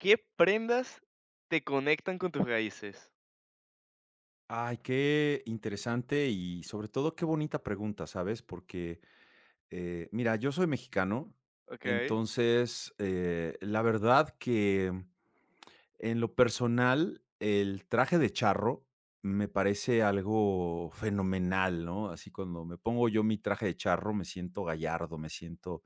¿Qué prendas te conectan con tus raíces? Ay, qué interesante y sobre todo qué bonita pregunta, ¿sabes? Porque, mira, yo soy mexicano. Okey. Entonces, la verdad que en lo personal, el traje de charro me parece algo fenomenal, ¿no? Así cuando me pongo yo mi traje de charro, me siento gallardo, me siento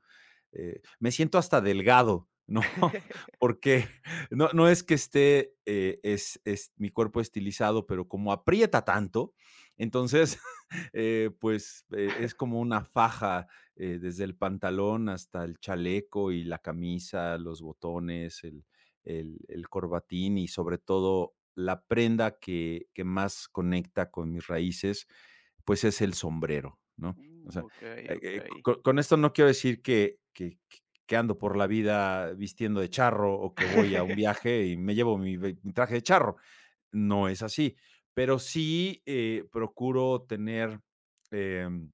eh, me siento hasta delgado, ¿no? Porque no, no es que esté, es mi cuerpo estilizado, pero como aprieta tanto. Entonces, pues es como una faja desde el pantalón hasta el chaleco y la camisa, los botones, el corbatín, y sobre todo la prenda que más conecta con mis raíces, pues es el sombrero, ¿no? O sea, Okey, eh, eh, okey. co- con, esto no quiero decir que ando por la vida vistiendo de charro, o que voy a un viaje y me llevo mi traje de charro. No es así, pero sí procuro tener... em,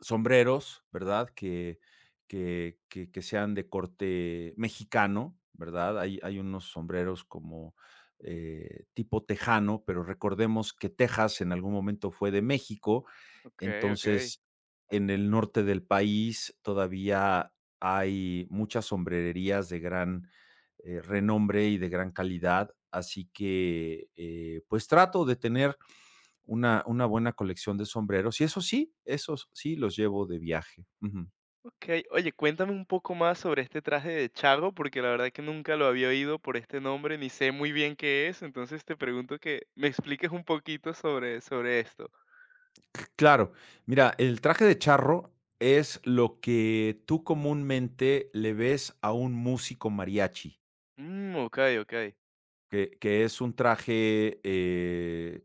sombreros, ¿verdad? Que sean de corte mexicano, ¿verdad? Hay unos sombreros como tipo tejano, pero recordemos que Texas en algún momento fue de México. Okey, okey. Entonces, en el norte del país todavía hay muchas sombrererías de gran renombre y de gran calidad. Así que pues trato de tener una buena colección de sombreros, y eso sí, esos sí los llevo de viaje. Ujú. Okey. Oye, cuéntame un poco más sobre este traje de charro, porque la verdad que nunca lo había oído por este nombre, ni sé muy bien qué es. Entonces, te pregunto que me expliques un poquito sobre esto. Claro, mira, el traje de charro es lo que tú comúnmente le ves a un músico mariachi, Mm, okey, okey. Que es un traje.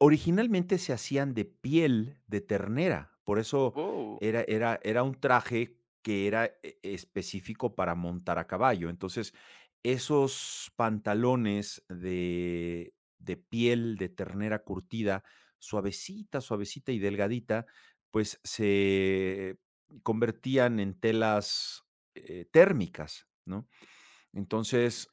Originalmente se hacían de piel de ternera. Por eso Wow. era un traje que era específico para montar a caballo. Entonces, esos pantalones de piel de ternera curtida, suavecita, suavecita y delgadita, pues se convertían en telas térmicas, ¿no? Entonces,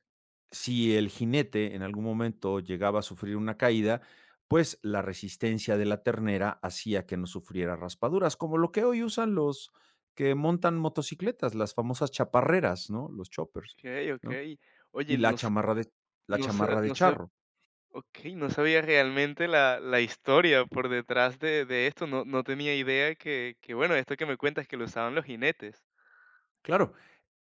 si el jinete en algún momento llegaba a sufrir una caída, pues la resistencia de la ternera hacía que no sufriera raspaduras, como lo que hoy usan los que montan motocicletas, las famosas chaparreras, ¿no? Los choppers, Okey, ¿no? okey. Oye, Y la no s chamarra de la no sa chamarra de no sa charro. Okey, no sabía realmente la historia por detrás de esto, no tenía idea que, bueno, esto que me cuentas que lo usaban los jinetes. Claro.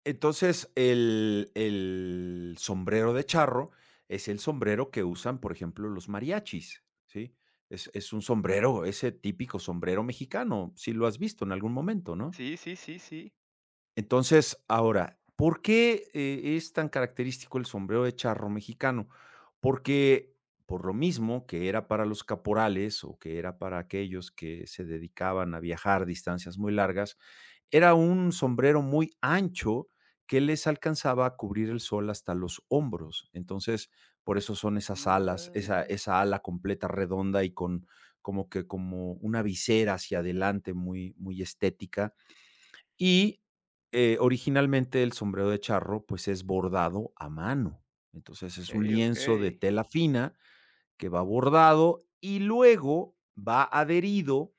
Entonces, el sombrero de charro es el sombrero que usan, por ejemplo, los mariachis, ¿sí? Es un sombrero, ese típico sombrero mexicano. Si lo has visto en algún momento, ¿no? Sí, sí, sí, sí. Entonces, ahora, ¿por qué es tan característico el sombrero de charro mexicano? Porque, por lo mismo que era para los caporales, o que era para aquellos que se dedicaban a viajar distancias muy largas, era un sombrero muy ancho que les alcanzaba a cubrir el sol hasta los hombros. Entonces, por eso son esas alas, Ah, esa ala completa redonda, y con como que como una visera hacia adelante muy muy estética. Y originalmente el sombrero de charro, pues, es bordado a mano. Entonces, es un okey, okey. lienzo de tela fina que va bordado y luego va adherido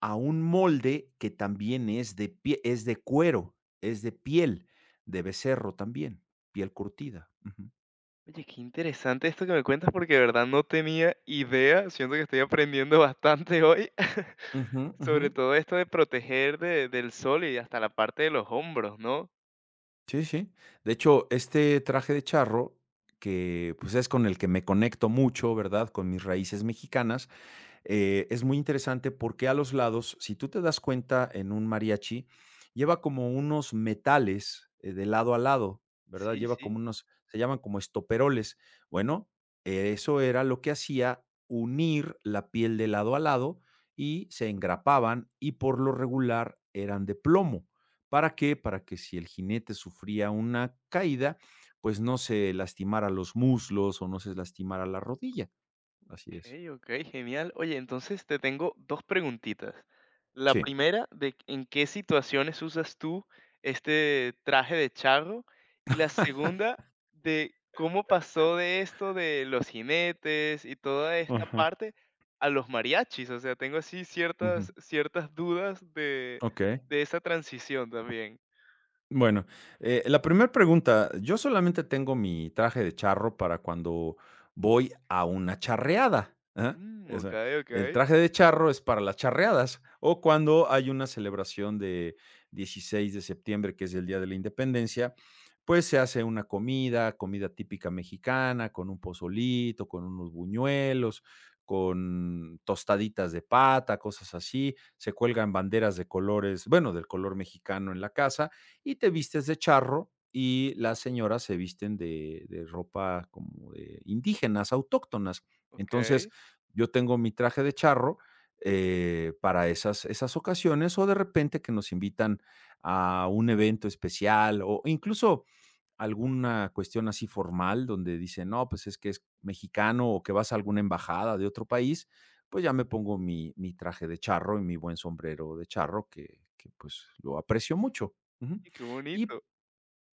a un molde que también es de cuero, es de piel de becerro también, piel curtida. Ujú. Oye, qué interesante esto que me cuentas porque de verdad no tenía idea, siento que estoy aprendiendo bastante hoy, Ujú, ujú. sobre todo esto de proteger de del sol y hasta la parte de los hombros, ¿no? Sí, sí. De hecho, este traje de charro, que, pues, es con el que me conecto mucho, ¿verdad?, con mis raíces mexicanas, es muy interesante porque a los lados, si tú te das cuenta en un mariachi, lleva como unos metales de lado a lado, ¿verdad? Sí, Lleva como sí. unos, se llaman como estoperoles. Bueno, eso era lo que hacía unir la piel de lado a lado, y se engrapaban, y por lo regular eran de plomo. ¿Para qué? Para que si el jinete sufría una caída, pues no se lastimara los muslos o no se lastimara la rodilla. Ok, Así es. ok, genial. Oye, entonces te tengo dos preguntitas. La Sí. primera, de en qué situaciones usas tú este traje de charro. Y la segunda, de cómo pasó de esto de los jinetes y toda esta parte a los mariachis. O sea, tengo así Ujú. ciertas, ciertas dudas Ok. de esa transición también. Bueno, la primera pregunta, yo solamente tengo mi traje de charro para cuando voy a una charreada, ¿ah? Mm, O ok, sea, ok, el traje de charro es para las charreadas, o cuando hay una celebración de 16 de septiembre, que es el Día de la Independencia, pues se hace una comida, comida típica mexicana, con un pozolito, con unos buñuelos, con tostaditas de pata, cosas así; se cuelgan banderas de colores, bueno, del color mexicano en la casa, y te vistes de charro, y las señoras se visten de ropa como de indígenas, autóctonas. Entonces, ok. yo tengo mi traje de charro para esas ocasiones, o de repente que nos invitan a un evento especial, o incluso alguna cuestión así formal donde dicen, no, pues es que es mexicano, o que vas a alguna embajada de otro país, pues ya me pongo mi traje de charro y mi buen sombrero de charro, que, pues lo aprecio mucho. Ujú. Oye, qué Y bonito.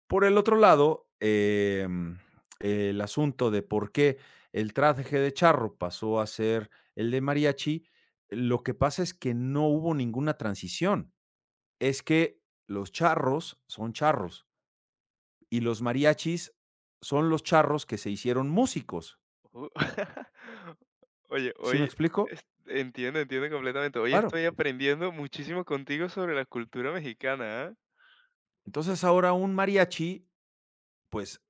por el otro lado, el asunto de por qué el traje de charro pasó a ser el de mariachi, lo que pasa es que no hubo ninguna transición. Es que los charros son charros, y los mariachis son los charros que se hicieron músicos, Ujú. Oye, ¿sí me explico? Entiendo, entiendo completamente. Hoy Claro. estoy aprendiendo muchísimo contigo sobre la cultura mexicana, ¿ah? Entonces ahora un mariachi, pues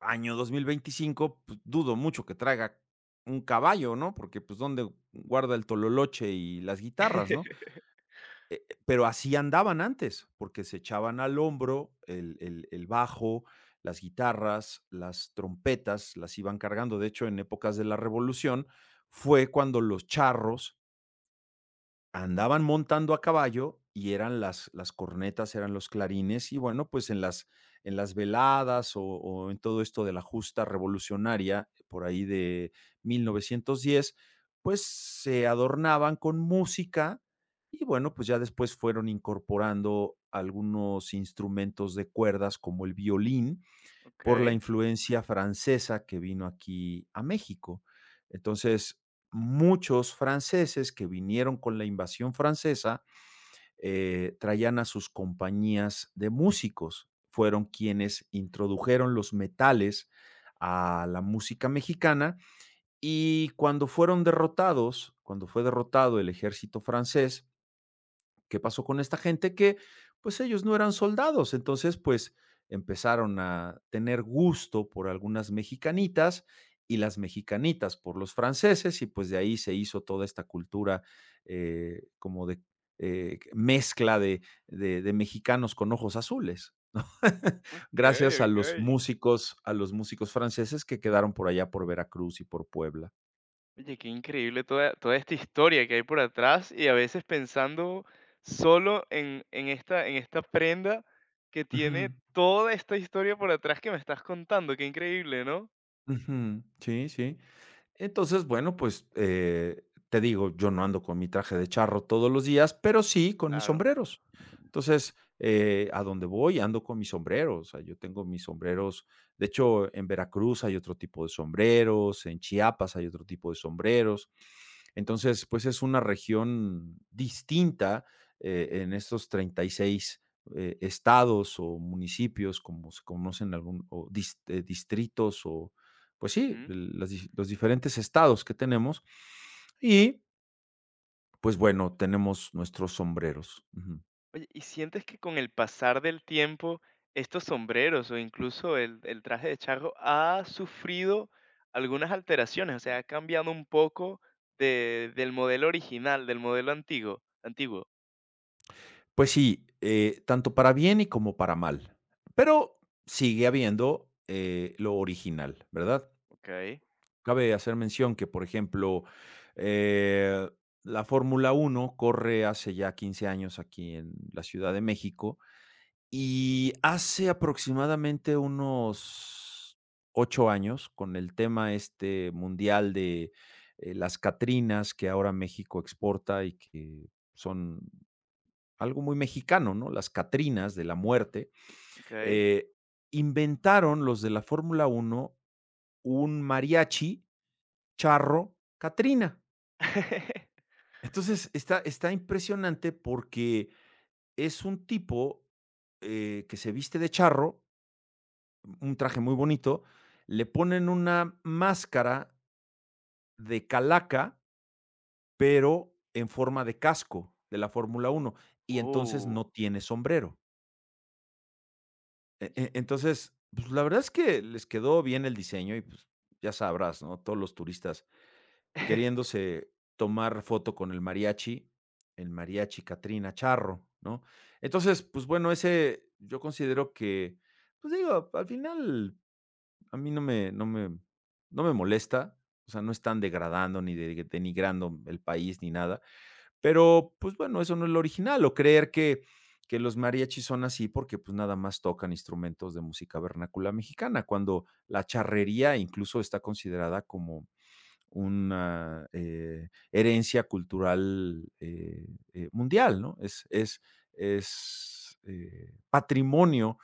año 2025, pues, dudo mucho que traiga un caballo, ¿no? Porque pues dónde guarda el tololoche y las guitarras, ¿no? Pero así andaban antes, porque se echaban al hombro el bajo, las guitarras, las trompetas, las iban cargando. De hecho, en épocas de la revolución fue cuando los charros andaban montando a caballo, y eran las cornetas, eran los clarines. Y bueno, pues en las, en las veladas, o en todo esto de la justa revolucionaria, por ahí de 1910, pues se adornaban con música. Y bueno, pues ya después fueron incorporando algunos instrumentos de cuerdas como el violín, por la Ok, influencia francesa que vino aquí a México. Entonces, muchos franceses que vinieron con la invasión francesa traían a sus compañías de músicos. Fueron quienes introdujeron los metales a la música mexicana. Y cuando fueron derrotados, cuando fue derrotado el ejército francés, ¿qué pasó con esta gente? Que pues ellos no eran soldados, entonces pues empezaron a tener gusto por algunas mexicanitas, y las mexicanitas por los franceses, y pues de ahí se hizo toda esta cultura como de mezcla de, de mexicanos con ojos azules, ¿no? ok, gracias ok. A los músicos franceses que quedaron por allá por Veracruz y por Puebla. Oye, qué increíble toda, toda esta historia que hay por atrás y a veces pensando solo en esta prenda que tiene Ujú, toda esta historia por atrás que me estás contando. Qué increíble, ¿no? ujú, sí, sí. Entonces, bueno, pues, te digo, yo no ando con mi traje de charro todos los días, pero sí con mis Claro. sombreros. Entonces, a donde voy ando con mis sombreros. O sea, yo tengo mis sombreros; de hecho, en Veracruz hay otro tipo de sombreros, en Chiapas hay otro tipo de sombreros. Entonces, pues, es una región distinta en estos 36 estados o municipios, como se conocen, algún o dis distritos, o pues sí, los diferentes estados que tenemos. Y pues bueno, tenemos nuestros sombreros. Ujú. Oye, ¿y sientes que con el pasar del tiempo estos sombreros o incluso el traje de charro ha sufrido algunas alteraciones? O sea, ha cambiado un poco de- del modelo original, del modelo antiguo. Antiguo. Pues sí, tanto para bien y como para mal, pero sigue habiendo lo original, ¿verdad? Ok, Cabe hacer mención que, por ejemplo, eh, la Fórmula Uno corre hace ya 15 años aquí en la Ciudad de México. Y hace aproximadamente unos 8 años, con el tema este mundial de las catrinas que ahora México exporta, y que son algo muy mexicano, ¿no? Las catrinas de la muerte, ok. eh, inventaron los de la Fórmula Uno un mariachi charro catrina. Entonces, está, está impresionante, porque es un tipo que se viste de charro, un traje muy bonito; le ponen una máscara de calaca, pero en forma de casco de la Fórmula uno, y entonces Oh. no tiene sombrero. Entonces, pues, la verdad es que les quedó bien el diseño, y, pues, ya sabrás, ¿no? Todos los turistas queriéndose tomar foto con el mariachi Catrina Charro, ¿no? Entonces, pues, bueno, ese yo considero que, pues, digo, al final a mí no me molesta. O sea, no están degradando ni de denigrando el país ni nada, pero, pues, bueno, eso no es lo original, o creer que los mariachis son así porque, pues, nada más tocan instrumentos de música vernácula mexicana, cuando la charrería incluso está considerada como una herencia cultural, mundial, ¿no? Es, patrimonio,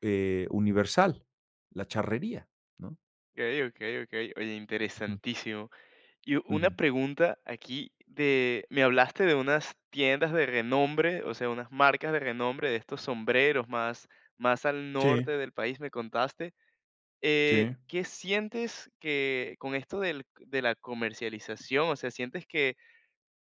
universal, la charrería, ¿no? Ok, ok, ok. Oye, interesantísimo. Y una Ujú. pregunta aquí de, me hablaste de unas tiendas de renombre, o sea, unas marcas de renombre de estos sombreros más, más al Sí, norte del país, me contaste. Sí. ¿Qué sientes que con esto del- de la comercialización, o sea, sientes que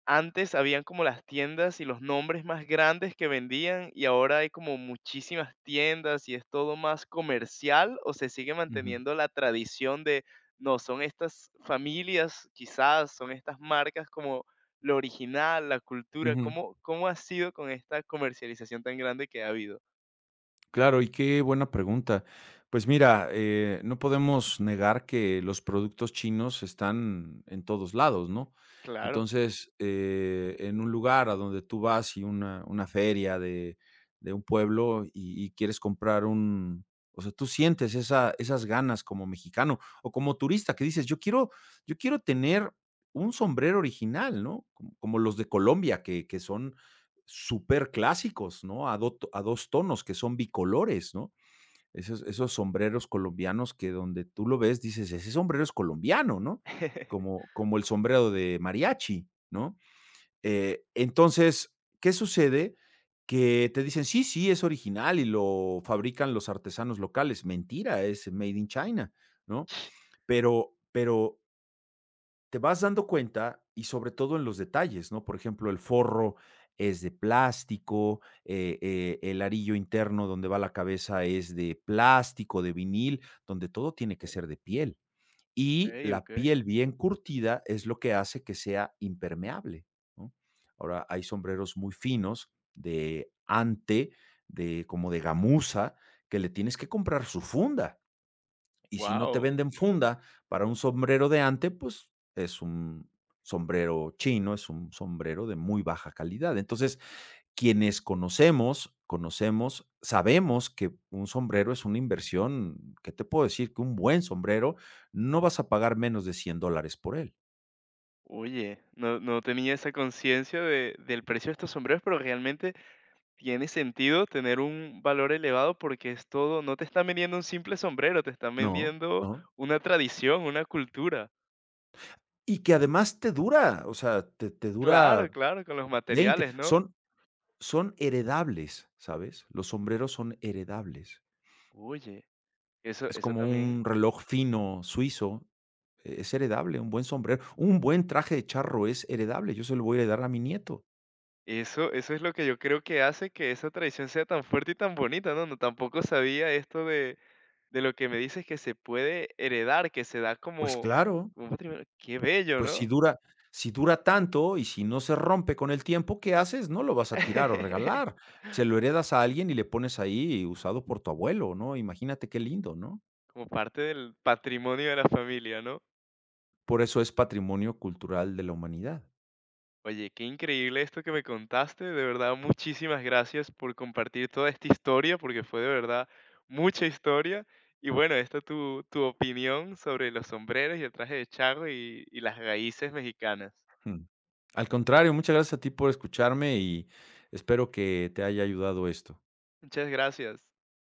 antes habían como las tiendas y los nombres más grandes que vendían, y ahora hay como muchísimas tiendas y es todo más comercial, ¿o se sigue Ujú, manteniendo la tradición de, no, son estas familias, quizás son estas marcas como lo original, la cultura? ujú. ¿Cómo, cómo ha sido con esta comercialización tan grande que ha habido? Claro, y qué buena pregunta. Pues mira, no podemos negar que los productos chinos están en todos lados, ¿no? Claro. Entonces, en un lugar a donde tú vas, y una feria de, un pueblo, y quieres comprar o sea, tú sientes esa, esas ganas como mexicano o como turista, que dices, yo quiero tener un sombrero original, ¿no? Como los de Colombia, que son super clásicos, ¿no? Dos tonos, que son bicolores, ¿no? Sombreros colombianos, que donde tú lo ves dices, ese sombrero es colombiano, ¿no? Como el sombrero de mariachi, ¿no? Entonces, ¿qué sucede? Que te dicen, sí, sí, es original y lo fabrican los artesanos locales. Mentira, es made in China, ¿no? Pero te vas dando cuenta, y sobre todo en los detalles, ¿no? Por ejemplo, el forro es de plástico, el arillo interno donde va la cabeza es de plástico, de vinil, donde todo tiene que ser de piel. Y Okey, la okey. piel bien curtida es lo que hace que sea impermeable, ¿no? Ahora hay sombreros muy finos de ante, de como de gamuza, que le tienes que comprar su funda. Y si no te Guau. venden funda para un sombrero de ante, pues es un sombrero chino, es un sombrero de muy baja calidad. Entonces, quienes conocemos, sabemos que un sombrero es una inversión. ¿Qué te puedo decir? Que un buen sombrero, no vas a pagar menos de 100 dólares por él. Oye, no tenía esa conciencia de del precio de estos sombreros, pero realmente tiene sentido tener un valor elevado porque es todo, no te están vendiendo un simple sombrero, te están No, vendiendo no. una tradición, una cultura. Y que además te dura, o sea, te Claro, dura claro, con los veinte. materiales, ¿no? Son heredables, ¿sabes? Los sombreros son heredables. Oye, eso, Es eso como también, un reloj fino suizo, es heredable; un buen sombrero, un buen traje de charro es heredable, yo se lo voy a heredar a mi nieto. eso es lo que yo creo que hace que esa tradición sea tan fuerte y tan bonita, ¿no? No, tampoco sabía esto de lo que me dices que se puede heredar, que se da Pues como, claro, como un patrimonio. Qué bello, pues ¿no? Si dura tanto, y si no se rompe con el tiempo, ¿qué haces? No lo vas a tirar o regalar, se lo heredas a alguien y le pones ahí usado por tu abuelo, ¿no? Imagínate qué lindo, ¿no? Como parte del patrimonio de la familia, ¿no? Por eso es patrimonio cultural de la humanidad. Oye, qué increíble esto que me contaste. De verdad, muchísimas gracias por compartir toda esta historia, porque fue de verdad mucha historia. Y bueno, esta tu, tu opinión sobre los sombreros y el traje de charro y las raíces mexicanas. Ujú. Al contrario, muchas gracias a ti por escucharme, y espero que te haya ayudado esto. Muchas gracias.